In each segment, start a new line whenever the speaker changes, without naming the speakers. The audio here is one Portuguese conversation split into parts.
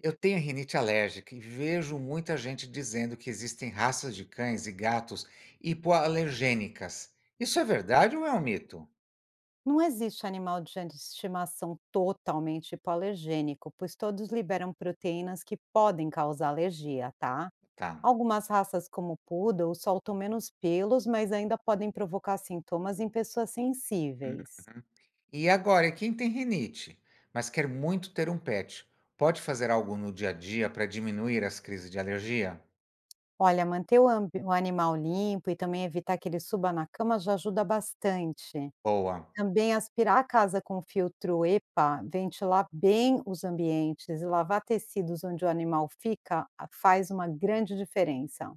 Eu tenho rinite alérgica e vejo muita gente dizendo que existem raças de cães e gatos hipoalergênicas. Isso é verdade ou é um mito?
Não existe animal de estimação totalmente hipoalergênico, pois todos liberam proteínas que podem causar alergia, tá?
Tá.
Algumas raças, como o poodle, soltam menos pelos, mas ainda podem provocar sintomas em pessoas
Hum,
sensíveis.
e agora, e quem tem rinite, mas quer muito ter um pet, pode fazer algo no dia a dia para diminuir as crises de alergia?
Olha, manter o animal limpo e também evitar que ele suba na cama já ajuda bastante.
Boa.
Também aspirar a casa com filtro EPA, ventilar bem os ambientes e lavar tecidos onde o animal fica faz uma grande diferença.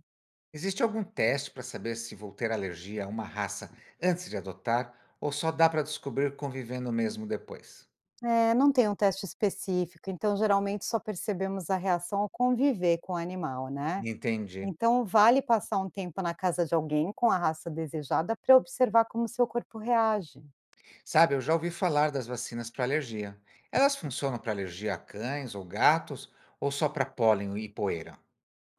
Existe algum teste para saber se vou ter alergia a uma raça antes de adotar ou só dá para descobrir convivendo mesmo depois?
É, não tem um teste específico, então geralmente só percebemos a reação ao conviver com o animal, né?
Entendi.
Então vale passar um tempo na casa de alguém com a raça desejada para observar como seu corpo reage.
Sabe, eu já ouvi falar das vacinas para alergia. Elas funcionam para alergia a cães ou gatos ou só para pólen e poeira?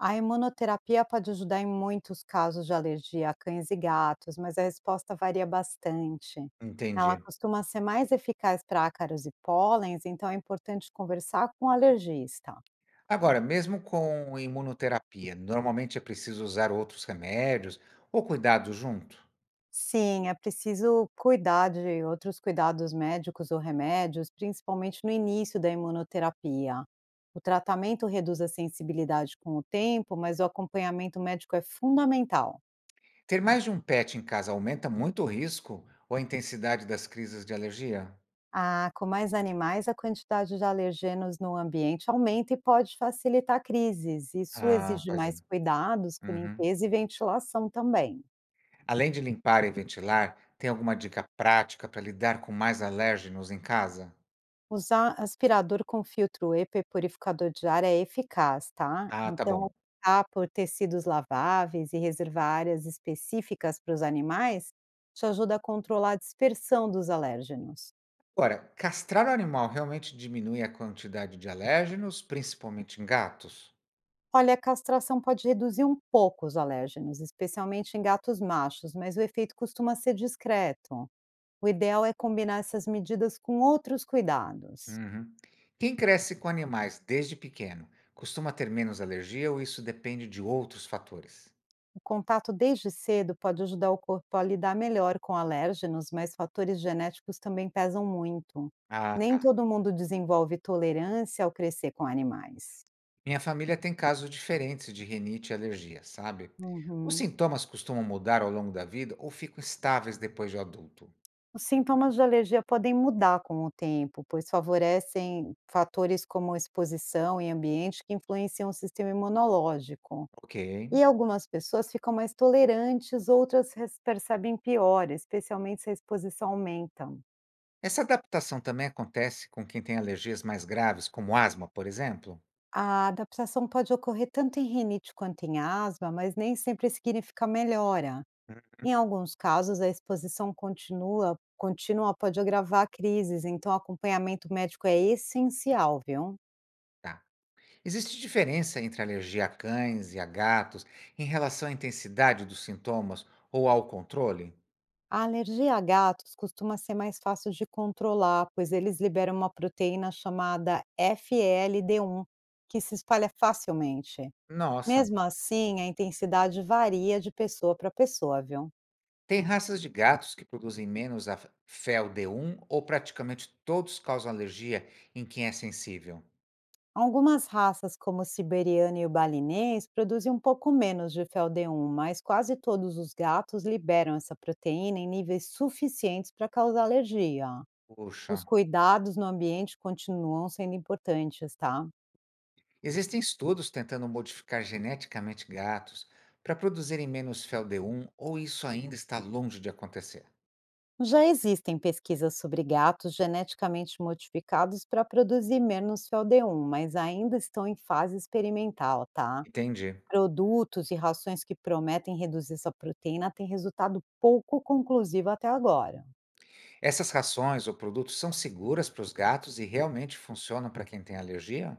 A imunoterapia pode ajudar em muitos casos de alergia a cães e gatos, mas a resposta varia bastante. Ela
Entendi.
costuma ser mais eficaz para ácaros e pólens, então é importante conversar com o alergista.
Agora, mesmo com imunoterapia, normalmente é preciso usar outros remédios ou cuidados junto?
Sim, é preciso cuidar de outros cuidados médicos ou remédios, principalmente no início da imunoterapia. O tratamento reduz a sensibilidade com o tempo, mas o acompanhamento médico é fundamental.
Ter mais de um pet em casa aumenta muito o risco ou a intensidade das crises de alergia?
Ah, com mais animais, a quantidade de alergenos no ambiente aumenta e pode facilitar crises. Isso
Ah,
exige
pois é.
mais cuidados com
Uhum.
limpeza e ventilação também.
Além de limpar e ventilar, tem alguma dica prática para lidar com mais alérgenos em casa?
Usar aspirador com filtro EPE purificador de ar é eficaz, tá?
Ah, tá
Então,
bom.
optar por tecidos laváveis e reservar áreas específicas para os animais te ajuda a controlar a dispersão dos alérgenos.
Agora, castrar o animal realmente diminui a quantidade de alérgenos, principalmente em gatos?
Olha, a castração pode reduzir um pouco os alérgenos, especialmente em gatos machos, mas o efeito costuma ser discreto. O ideal é combinar essas medidas com outros cuidados.
Uhum. Quem cresce com animais desde pequeno costuma ter menos alergia ou isso depende de outros fatores?
O contato desde cedo pode ajudar o corpo a lidar melhor com alérgenos, mas fatores genéticos também pesam muito.
Ah,
Nem
tá.
todo mundo desenvolve tolerância ao crescer com animais.
Minha família tem casos diferentes de rinite e alergia, sabe? Os
Uhum.
sintomas costumam mudar ao longo da vida ou ficam estáveis depois de adulto?
Os sintomas de alergia podem mudar com o tempo, pois favorecem fatores como exposição e ambiente que influenciam o sistema imunológico.
Ok.
E algumas pessoas ficam mais tolerantes, outras percebem pior, especialmente se a exposição aumenta.
Essa adaptação também acontece com quem tem alergias mais graves, como asma, por exemplo?
A adaptação pode ocorrer tanto em rinite quanto em asma, mas nem sempre significa melhora.
Hum.
Em alguns casos, a exposição contínua pode agravar crises, então acompanhamento médico é essencial, viu?
Tá. Existe diferença entre alergia a cães e a gatos em relação à intensidade dos sintomas ou ao controle?
A alergia a gatos costuma ser mais fácil de controlar, pois eles liberam uma proteína chamada FLD1, que se espalha facilmente.
Nossa,
Mesmo assim, a intensidade varia de pessoa para pessoa, viu?
tem raças de gatos que produzem menos a fel D1 ou praticamente todos causam alergia em quem é sensível.
Algumas raças, como o siberiano e o balinês, produzem um pouco menos de Fel d 1, mas quase todos os gatos liberam essa proteína em níveis suficientes para causar alergia.
Puxa,
Os cuidados no ambiente continuam sendo importantes, tá?
existem estudos tentando modificar geneticamente gatos para produzirem menos fel D1 ou isso ainda está longe de acontecer?
Já existem pesquisas sobre gatos geneticamente modificados para produzir menos Fel d 1, mas ainda estão em fase experimental, tá?
Entendi.
Produtos e rações que prometem reduzir essa proteína têm resultado pouco conclusivo até agora.
Essas rações ou produtos são seguras para os gatos e realmente funcionam para quem tem alergia?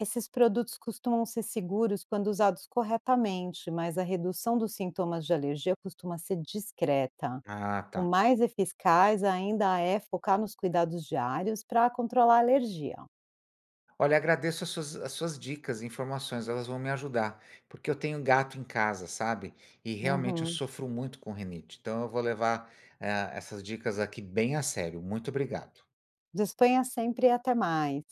Esses produtos costumam ser seguros quando usados corretamente, mas a redução dos sintomas de alergia costuma ser discreta.
Ah,
O
tá.
mais eficaz ainda é focar nos cuidados diários para controlar a alergia.
Olha, agradeço as suas dicas e informações, elas vão me ajudar, porque eu tenho gato em casa, sabe, e realmente eu
Uhum.
sofro muito com rinite, então eu vou levar, essas dicas aqui bem a sério. Muito obrigado.
Disponha sempre e até mais.